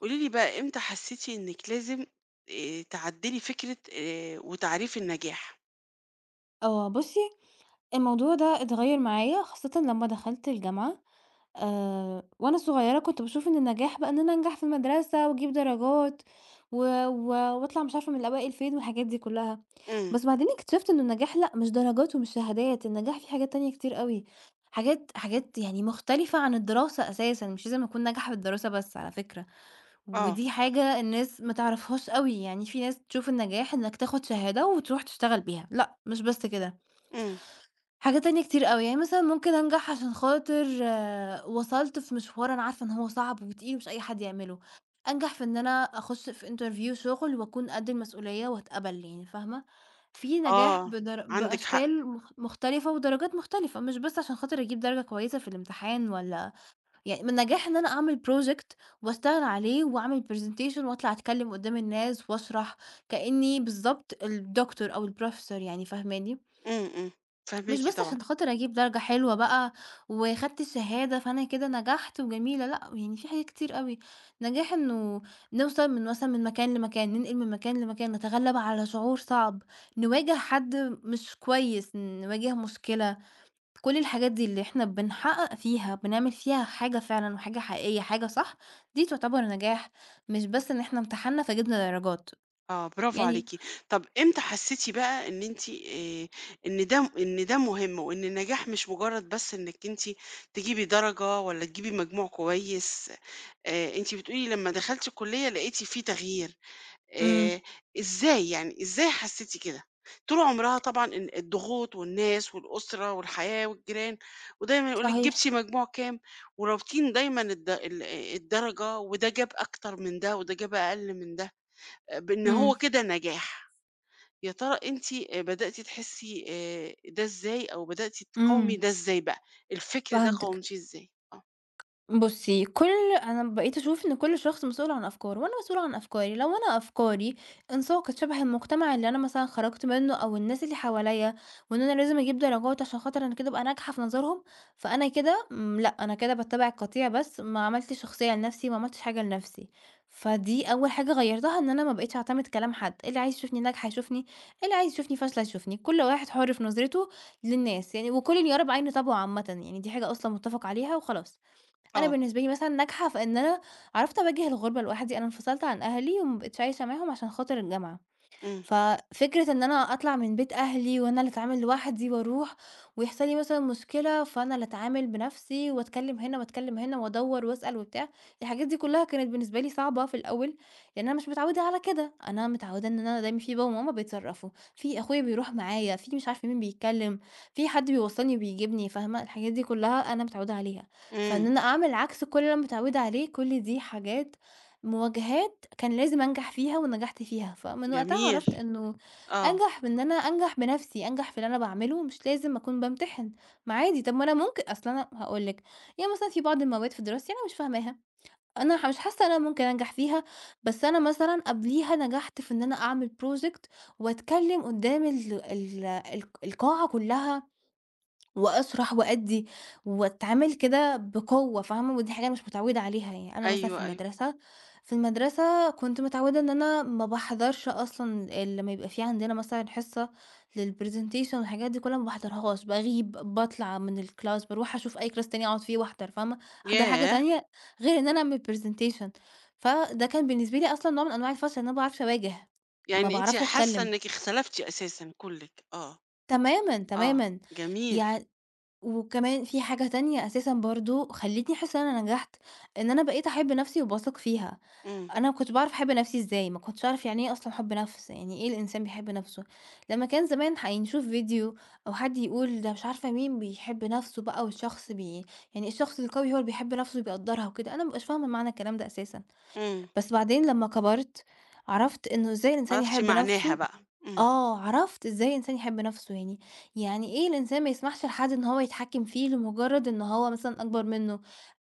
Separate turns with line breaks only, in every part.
قولي لي بقى إمتى حسيتِ إنِّك لازم تعدّلي فكرة وتعريف النجاح؟
آه، بُصّي، الموضوع ده اتغيّر معايا خاصةً لمّا دخلت الجامعة، وأنا صغيّرة كنت باشوف إن النجاح بقى إن أنا أنجح في المدرسة وأجيب درجات و و وأطلع مش عارفة من الأوائل فين والحاجات دي كلّها،
إمم،
بس بعدين اكتشفت إنه النجاح لأ، مش درجات ومش شهادات، النجاح فيه حاجات تانية كتير أوي، حاجات يعني مختلفة عن الدراسة أساسًا، مش لازم أكون ناجحة في الدراسة بس على فكرة،
آه،
ودي حاجة الناس ما تعرفهاش أوي، يعني في ناس تشوف النجاح إنك تاخد شهادة وتروح تشتغل بيها، لأ، مش بس كده.
إمم،
حاجة تانية كتير أوي، يعني مثلًا ممكن أنجح عشان خاطر آه، وصلت في مشوار أنا عارفة إن هو صعب وتقيل ومش أي حد يعمله، أنجح في إن أنا أخش في interview شغل وأكون قد المسؤولية وأتقبل يعني فاهمة، في نجاح
آه، عندِك حق،
بأشكال مختلفة ودرجات مختلفة، مش بس عشان خاطر أجيب درجة كويسة في الامتحان والّا يعني من نجاح إن أنا أعمل project وأشتغل عليه وأعمل presentation وأطلع أتكلم قدّام الناس وأشرح كإني بالضبط الدكتور أو الprofessor يعني فاهماني؟
إمم، إمم،
مش
فاهماكِ
بس
طبعًا،
عشان خاطر أجيب درجة حلوة بقى وخدت الشهادة، فأنا كده نجحت وجميلة، لأ، يعني في حاجات كتير أوي، نجاح إنه نوصل من مثلًا من مكان لمكان، ننقل من مكان لمكان، نتغلب على شعور صعب، نواجه حد مش كويس، نواجه مشكلة، كل الحاجات دي اللي إحنا بنحقق فيها، بنعمل فيها حاجة فعلًا وحاجة حقيقية، حاجة صح، دي تعتبر نجاح، مش بس إن إحنا امتحنا فجبنا درجات،
آه، برافو
يعني
عليكِ. طَب إمتى حسيتِ بقى إن أنتِ إن ده مهم وإن النجاح مش مجرّد بس إنِّك أنتِ تجيبي درجة والّا تجيبي مجموع كويس. أنتِ بتقولي لمّا دخلتِ الكلية لقيتِ في تغيير.
إمم.
آآ إزاي يعني، إزاي حسّيتِ كده؟ طول عمرها طبعًا الضغوط والناس والأسرة والحياة والجيران، ودايمًا يقول لِك
صحيح.
جِبتِ مجموع كام، ورابطين دايمًا الدرجة وده جاب أكتر من ده وده جاب أقل من ده، آه، بإن هو
إمم،
كده نجاح. يا ترى أنتِ بدأتِ تحسّي ده إزاي أو بدأتِ تقاومي
إمم،
ده إزاي بقى؟ الفكر ده
فهمتِك.
قاومتيه إزاي؟ آه،
بُصّي، أنا بقيت أشوف إن كل شخص مسؤول عن أفكاره، وأنا مسؤولة عن أفكاري، لو أنا أفكاري انساقت شبه المجتمع اللي أنا مثلًا خرجت منه أو الناس اللي حواليّا، وإن أنا لازم أجيب درجات عشان خاطر أنا كده أبقى ناجحة في نظرهم، فأنا كده لأ، أنا كده باتّبع القطيع بس، ما عملتش شخصية لنفسي، ما عملتش حاجة لنفسي. فدي أول حاجة غيّرتها إن أنا ما بقيتش أعتمد كلام حد، اللي عايز يشوفني ناجحة يشوفني، اللي عايز يشوفني فاشلة يشوفني، كل واحد حُر في نظرته للناس يعني، وكلٍ يرى بعين طبعه عامةً يعني، دي حاجة أصلًا متّفق عليها وخلاص. أنا
آه،
بالنسبة لي مثلًا ناجحة في إن أنا عرفت أواجه الغُربة لوحدي، أنا انفصلت عن أهلي وما بقيتش عايشة معاهم عشان خاطر الجامعة.
إمم،
ففكرة إن أنا أطلع من بيت أهلي وأنا اللي أتعامل لوحدي وأروح ويحصل لي مثلًا مشكلة، فأنا اللي أتعامل بنفسي وأتكلم هنا وأتكلم هنا وأدوّر وأسأل وبتاع، الحاجات دي كلها كانت بالنسبة لي صعبة في الأول، لإن أنا مش متعودة على كده، أنا متعودة إن أنا دايمًا في بابا وماما بيتصرّفوا، في أخويا بيروح معايا، في مش عارفة مين بيتكلم، في حد بيوصّلني وبيجيبني، فاهمة؟ الحاجات دي كلها أنا متعودة عليها، فإن
إمم،
أنا أعمل عكس كل اللي أنا متعودة عليه، كل دي حاجات مواجهات كان لازم أنجح فيها ونجحت فيها، فمن وقتها
جميل،
عرفت إنه
آه،
أنجح بإن أنا أنجح بنفسي، أنجح في اللي أنا باعمله، مش لازم أكون بامتحن، ما عادي طب ما أنا ممكن أصل أنا هاقول لِك، يعني مثلًا في بعض المواد في دراستي أنا مش فاهماها، أنا مش حاسة إن أنا ممكن أنجح فيها، بس أنا مثلًا قبليها نجحت في إن أنا أعمل project وأتكلم قدام ال ال الق القاعة كلها وأسرح وأدّي، وأتعامل كده بقوة فاهمة، ودي حاجة أنا مش متعودة عليها يعني، أنا مثلًا في
أيوه، أيوه،
المدرسة كنت متعودة إن أنا ما باحضرش أصلًا لمّا يبقى في عندنا مثلًا حصة للpresentation والحاجات دي كلها ما باحضرهاش، باغيب، باطلع من الclass، باروح أشوف أي class تاني أقعد فيه وأحضر فاهمة، أحضر حاجة
ياه!
تانية غير إن أنا أعمل presentation فده كان بالنسبة لي أصلًا نوع من أنواع الفشل إن أنا ما باعرفش أواجه، ما
يعني أنتِ
باعرفش
حاسة
أتكلم
إنِّك اختلفتِ أساسًا كُلِّك، آه،
تمامًا،
آه،
تمامًا
جميل،
يع وكمان في حاجة تانية أساسًا برضه خلّتني أحس إن أنا نجحت، إن أنا بقيت أحب نفسي وباثق فيها.
إمم،
أنا ما كنتش باعرف أحب نفسي إزاي، ما كنتش أعرف يعني إيه أصلًا حُب نَفْس، يعني إيه الإنسان بيحب نَفْسه. لمّا كان زمان يعني نشوف فيديو أو حد يقول ده مش عارفة مين بيحب نَفْسه بقى والشخص يعني الشخص القوي هو اللي بيحب نَفْسه وبيقدّرها وكده، أنا ما بابقاش فاهمة معنى الكلام ده أساسًا.
إمم،
بس بعدين لمّا كبرت، عرفت إنه إزاي الإنسان
عرفتِ
يحب
معناها
نَفْسه
بقى، إمم،
آه، عرفت إزاي الإنسان يحب نَفْسه يعني، يعني إيه الإنسان ما يسمحش لحد إن هو يتحكّم فيه لمجرّد إن هو مثلًا أكبر منّه،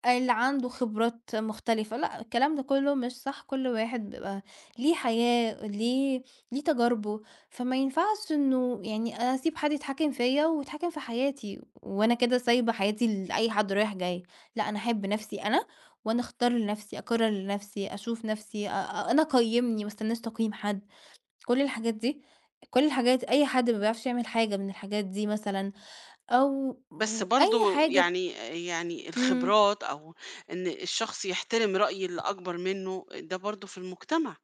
اللي عنده خبرات مختلفة، لأ الكلام ده كلّه مش صح، كل واحد بيبقى ليه حياة، ليه تجاربه، فما ينفعش إنه يعني أنا أسيب حد يتحكم فيّا ويتحكم في حياتي، وأنا كده سايبة حياتي لأي حد رايح جاي، لأ أنا أحب نَفْسي أنا، وأنا أختار لنَفْسي، أقرر لنَفْسي، أشوف نَفْسي، أ أ أنا أقيّمني ما استناش تقييم حد، كل الحاجات دي كل الحاجات أي حد ما بيعرفش يعمل حاجة من الحاجات دي مثلًا أو
بس
أي
برضه
حاجة
يعني
إمم،
الخبرات أو إن الشخص يحترم رأي اللي أكبر منّه، ده برضه في المجتمع.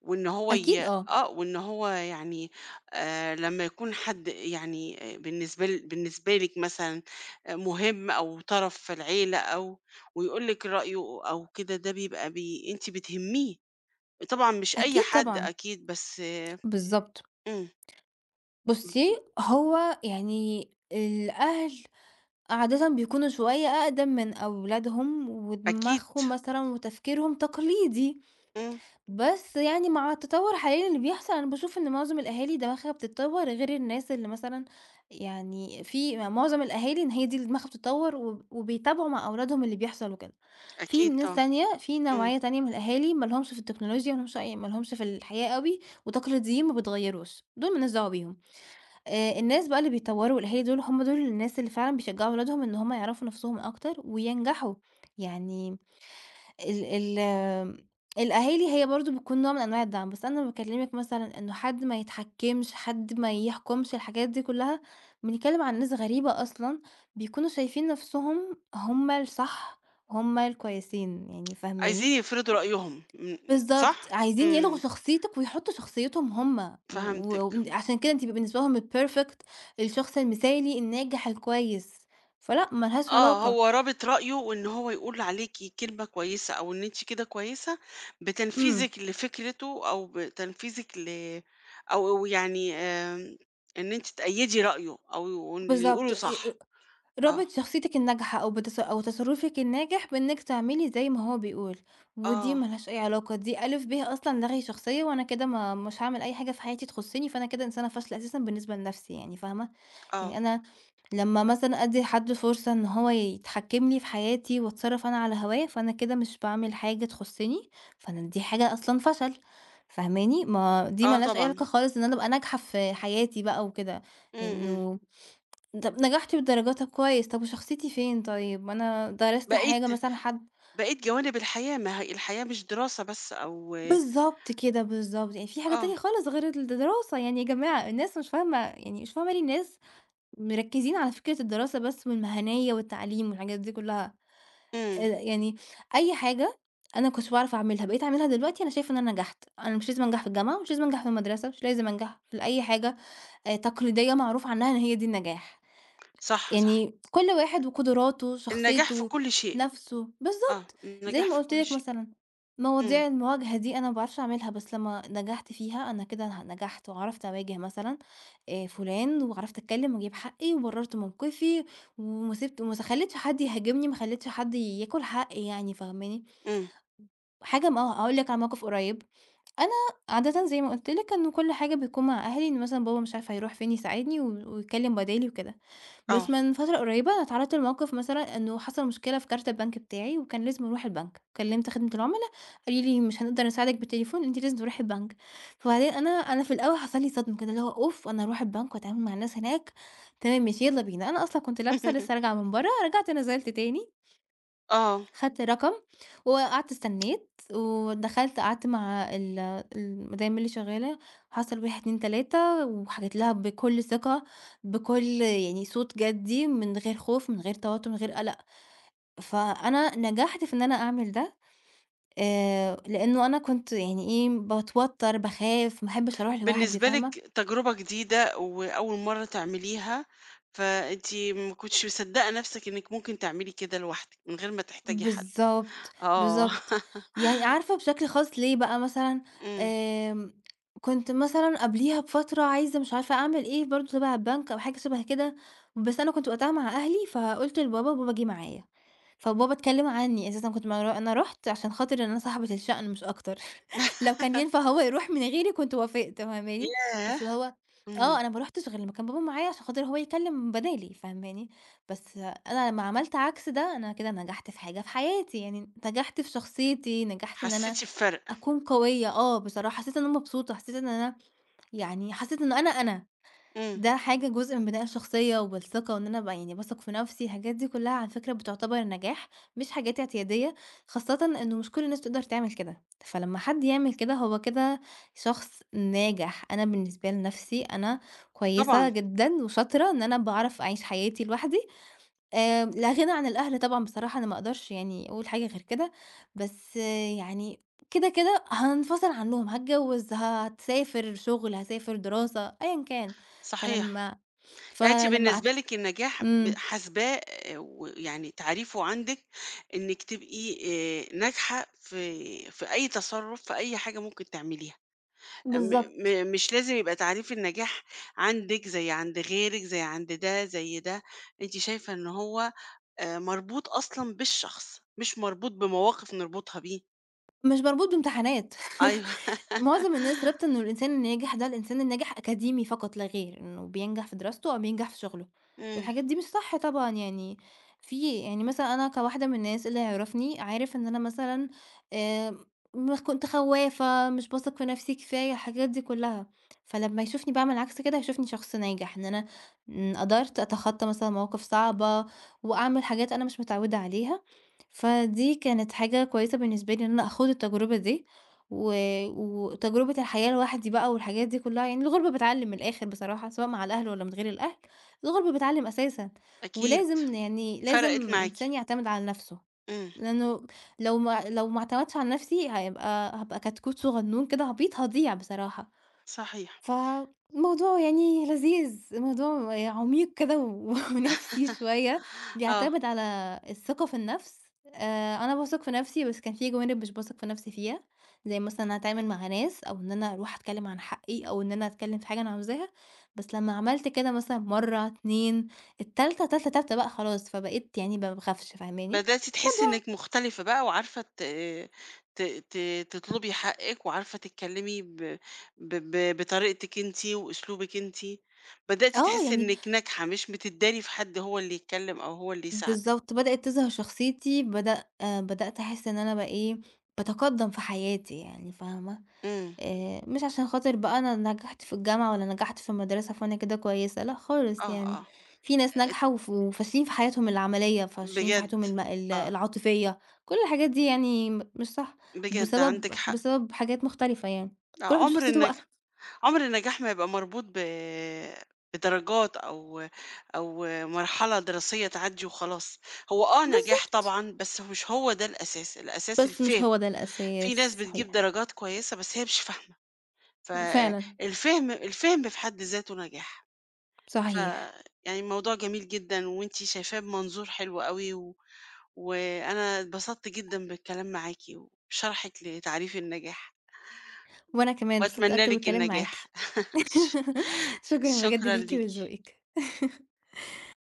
وإن هو
أكيد
ي
آه.
آه، وإن هو يعني لمّا يكون حد يعني آه، بالنسبة لِك مثلًا آه، مهم أو طرف في العيلة أو ويقول لِك رأيه أو كده، ده بيبقى أنتِ بتهمّيه. طبعًا مش أي
أكيد
حد
طبعًا،
أكيد، بس
بالضبط.
إمم،
بُصّي، هو يعني الأهل عادةً بيكونوا شوية أقدم من أولادهم
أكيد،
ودماغهم مثلًا وتفكيرهم تقليدي.
إمم،
بس يعني مع التطور حاليًا اللي بيحصل، أنا باشوف إن معظم الأهالي دماغها بتتطور غير الناس اللي مثلًا يعني في معظم الأهالي إن هي دي اللي دماغها بتتطور وبيتابعوا مع أولادهم اللي بيحصل وكده. في
أكيد
ناس
طبعًا،
تانية في
إمم،
نوعية تانية من الأهالي ما لهمش في التكنولوجيا، ما لهمش أي ما لهمش في الحياة أوي وتقليديين ما بيتغيروش، دول ما لناش دعوة بيهم. الناس بقى اللي بيتطوروا والأهالي دول هم دول الناس اللي فعلًا بيشجعوا أولادهم إن هم يعرفوا نفسهم أكتر وينجحوا. يعني ال ال آمم، الأهالي هي برضه بتكون نوع من أنواع الدعم، بس أنا باكلمِك مثلًا إنه حد ما يتحكمش، حد ما يحكمش، الحاجات دي كلها، بنتكلم عن ناس غريبة أصلًا، بيكونوا شايفين نفسهم هم الصح، هم الكويسين يعني فاهماني؟
عايزين يفرضوا رأيهم، إمم، صح؟
بالضبط، عايزين يلغوا
إمم،
شخصيتِك ويحطوا شخصيتهم هم، و
فهمتِك،
وعشان كده أنتِ بيبقى بالنسبة لهم الperfect الشخص المثالي، الناجح، الكويس، فلأ ما لهاش
آه،
علاقة.
هو رابط رأيه وإن هو يقول عليكِ كلمة كويسة أو إن أنتِ كده كويسة
إمم،
بتنفيذِك لفكرته أو بتنفيذِك ل أو أو يعني آمم، إن أنتِ تأيدي رأيه أو إن اللي يقوله
بالضبط.
صح، آه،
رابط شخصيتِك الناجحة أو أو تصرُّفِك الناجح بإنِّك تعملي زي ما هو بيقول، ودي
آه،
ما لهاش أي علاقة، دي ألِف ب أصلًا لغي شخصية، وأنا كده ما مش هاعمل أي حاجة في حياتي تخُصّني، فأنا كده إنسانة فاشلة أساسًا بالنسبة لنَفْسي يعني فاهمة؟
آه،
يعني أنا لمّا مثلًا أدّي لحد فرصة إن هو يتحكِّم لي في حياتي وأتصرّف أنا على هوايا، فأنا كده مش باعمل حاجة تخُصّني، فأنا دي حاجة أصلًا فشل، فاهماني؟ ما دي
آه
ما لهاش أي
طبعًا،
علاقة خالص إن أنا أبقى ناجحة في حياتي بقى وكده،
إمم، إمم،
إنه طب نجحتِ بدرجات طب كويس، طب وشخصيتي فين طيب؟ ما أنا درست حاجة
بقيت
مثلًا حد
بقيت جوانب الحياة، ما هي الحياة مش دراسة بس أو
بالضبط كده، بالضبط، يعني في حاجة
آه،
تانية خالص غير الدراسة، يعني يا جماعة الناس مش فاهمة يعني مش فاهمة ليه الناس مركّزين على فكرة الدراسة بس والمهنية والتعليم والحاجات دي كلّها،
إمم،
يعني أي حاجة أنا ما كنتش باعرف أعملها بقيت أعملها دلوقتي أنا شايفة إن أنا نجحت، أنا مش لازم أنجح في الجامعة، مش لازم أنجح في المدرسة، مش لازم أنجح في أي حاجة تقليدية معروف عنها إن هي دي النجاح.
صح، صح،
يعني كل واحد وقدراته،
النجاح في
شخصيته،
كل شيء،
نَفْسه،
آه،
بالضبط، زي
النجاح
ما
في
قُلت
كل
لك
شيء،
مثلًا
إمم،
مواضيع المواجهة دي أنا ما باعرفش أعملها، بس لمّا نجحت فيها أنا كده نجحت وعرفت أواجه مثلًا فُلان وعرفت أتكلّم وأجيب حقّي وبرّرت موقفي وما سِبت وما س خلّيتش حد يهاجمني، ما خلّيتش حد ياكل حقّي يعني فاهماني؟
إمم،
حاجة هاقول لك على موقِف قريّب، أنا عادةً زي ما قُلت لك إنه كل حاجة بتكون مع أهلي، إن مثلًا بابا مش عارف هيروح فين يساعدني ويكلّم بدالي وكده.
آه،
بس من فترة قريبة أنا اتعرضت لموقف مثلًا إنه حصل مشكلة في كارت البنك بتاعي، وكان لازم أروح البنك، كلمت خدمة العملا قالوا لي مش هنقدر نساعدِك بالتليفون أنتِ لازم تروحي البنك، فبعدين أنا في الأول حصل لي صدمة كده اللي هو أوف! أنا هاروح البنك وأتعامل مع الناس هناك، تمام ماشي يالّا بينا، أنا أصلًا كنت لابسة لسه راجعة من برّه، رجعت نزلت تاني
آه،
خدت رقم، وقعدت استنّيت، ودخلت قعدت مع المدام اللي شغّالة، حصل 1، 2، 3 وحكيت لها بكل ثقة، بكل يعني صوت جدّي، من غير خوف، من غير توتر، من غير قلق. فأنا نجحت في إن أنا أعمل ده، لإنه أنا كنت يعني إيه، باتوتر، باخاف، ما احبش أروح لوحدي،
بالنسبة لِك
فاهمة؟
تجربة جديدة وأول مرّة تعمليها، فأنتِ ما كنتيش مصدقة نفْسِك إنِّك ممكن تعملي كده لوحدِك من غير ما تحتاجي حد،
بالضبط،
آه،
بالضبط. يعني عارفة بشكل خاص ليه بقى مثلًا،
إمم،
آمم، كنت مثلًا قبليها بفترة عايزة مش عارفة أعمل إيه برضه تبع البنك أو حاجة شبه كده، بس أنا كنت وقتها مع أهلي، فقُلت لبابا وبابا جِه معايا، فبابا اتكلم عني أساسًا كنت ما أنا رُحت عشان خاطر إن أنا صاحبة الشأن مش أكتر، لو كان ينفع هو يروح من غيري كنت وافقت فاهماني؟ بس
ياه!
اللي هو
إمم،
آه، أنا ما رُحتش غير لمّا كان بابا معايا عشان خاطر هو يكلم بدالي فاهماني؟ بس أنا لمّا عملت عكس ده، أنا كده نجحت في حاجة في حياتي، يعني نجحت في شخصيتي، نجحت إن أنا
حسيتِ بفرق،
أكون قوية آه، بصراحة حسيت إن أنا مبسوطة، حسيت إن أنا يعني حسيت إن أنا أنا،
إمم،
ده حاجة جزء من بناء الشخصية والثقة وإن أنا يعني باثق في نفسي، الحاجات دي كلها على فكرة بتعتبر نجاح، مش حاجات اعتيادية، خاصةً إنه مش كل الناس تقدر تعمل كده، فلمّا حد يعمل كده هو كده شخص ناجح، أنا بالنسبة لنفسي أنا كويسة
طبعًا،
جدًا وشاطرة إن أنا باعرف أعيش حياتي لوحدي لا غِنى عن الأهل طبعًا بصراحة أنا ما أقدرش يعني أقول حاجة غير كده، بس آه، يعني كده، كده هانفصل عنّهم، هاتجوّز، هاسافر شُغل، هاسافر دراسة، أيًا كان،
صحيح.
فلمّا
يعني أنتِ
فلمّا قعدت
بالنسبة لِك النجاح
إمم،
حاسباه ويعني تعريفه عندِك إنِّك تبقي ناجحة في أي تصرُّف، في أي حاجة ممكن تعمليها، م
بالضبط.
م مش لازم يبقى تعريف النجاح عندِك زي عند غيرِك، زي عند ده، زي ده، أنتِ شايفة إن هو مربوط أصلًا بالشخص، مش مربوط بمواقف نربطها بيه.
مش مربوط بامتحانات
أيوه،
معظم الناس رابطة إنه الإنسان الناجح ده الإنسان الناجح أكاديمي فقط لا غير، إنه بينجح في دراسته أو بينجح في شغله،
إمم،
والحاجات دي مش صح طبعًا يعني، في يعني مثلًا أنا كواحدة من الناس اللي يعرفني عارف إن أنا مثلًا آآ، كنت خوّافة، مش باثق في نفسي كفاية، الحاجات دي كلها، فلمّا يشوفني باعمل عكس كده هيشوفني شخص ناجح، إن أنا قدرت أتخطى مثلًا مواقف صعبة، وأعمل حاجات أنا مش متعودة عليها. فدي كانت حاجة كويسة بالنسبة لي إن أنا أخوض التجربة دي، و وتجربة الحياة لوحدي بقى والحاجات دي كلّها، يعني الغُربة بتعلّم من الآخر بصراحة، سواء مع الأهل والّا من غير الأهل، الغُربة بتعلّم أساسًا،
أكيد،
ولازم يعني
فرقِت
لازم
معاكِ،
الإنسان يعتمد على نَفْسه،
إمم،
لإنه لو ما اعتمدتش على نَفْسي هيبقى هابقى كتكوت صغنون كده عبيط هاضيع بصراحة.
صحيح.
فالموضوع يعني لذيذ، موضوع عميق كده و ونَفْسي شوية،
آه.
بيعتمد على الثقة في النَفْس، أنا باثق في نَفْسي بس كان في جوانب مش باثق في نَفْسي فيها، زي مثلًا أنا أتعامل مع ناس أو إن أنا أروح أتكلّم عن حقّي أو إن أنا أتكلّم في حاجة أنا عاوزاها، بس لمّا عملت كده مثلًا مرّة، 2، التالتة، تالتة، تالتة بقى خلاص، فبقيت يعني ما باخافش، فاهماني؟
بدأتِ تحسّي
الموضوع
إنِّك مختلفة بقى وعارفة ت ت ت تطلبي حقِّك وعارفة تتكلّمي ب ب ب بطريقتِك أنتِ وأسلوبِك أنتِ، بدأتِ
آه،
تحسّي
يعني
إنِّك ناجحة مش بتدّاري في حد هو اللي يتكلّم أو هو اللي يساعدِك.
بالضبط، بدأت تظهر شخصيتي، بدأ آه، بدأت أحس إن أنا بقى إيه، باتقدّم في حياتي يعني فاهمة،
إمم،
مش عشان خاطر بقى أنا نجحت في الجامعة والّا نجحت في المدرسة فأنا كده كويسة، لأ
آه،
خالص يعني،
آه،
في ناس
آآ
ناجحة وفاشلين في حياتهم العملية، فاشلين في حياتهم
بجد،
الم ال
آه،
العاطفية، كل الحاجات دي يعني مش صح،
بجد عندِك حق،
بسبب حاجات مختلفة يعني، كل
آه،
واحد
عُمر
وشخصيته
النج
بقى.
عُمر النجاح ما يبقى مربوط بدرجات أو مرحلة دراسية تعدّي وخلاص، هو آه نجاح
بالضبط،
طبعًا، بس هو مش هو ده الأساس، الأساس
بس مش
الفهم،
هو ده
في ناس
الأساس،
بتجيب
صحيح،
درجات كويسة بس هي مش فاهمة،
فعلًا،
فالفهم في حد ذاته نجاح. ف
صحيح.
يعني الموضوع جميل جدًا وأنتِ شايفاه بمنظور حلو أوي، و وأنا اتبسطت جدًا بالكلام معاكِ وشرحِك لتعريف النجاح،
وأنا كمان اتبسطت
وأتمنى
أكتر
لِك
بالكلام معاكِ.
النجاح. ش
شكرًا بجد
شكرًا
ليكِ
ليكِ.
ولذوقِك.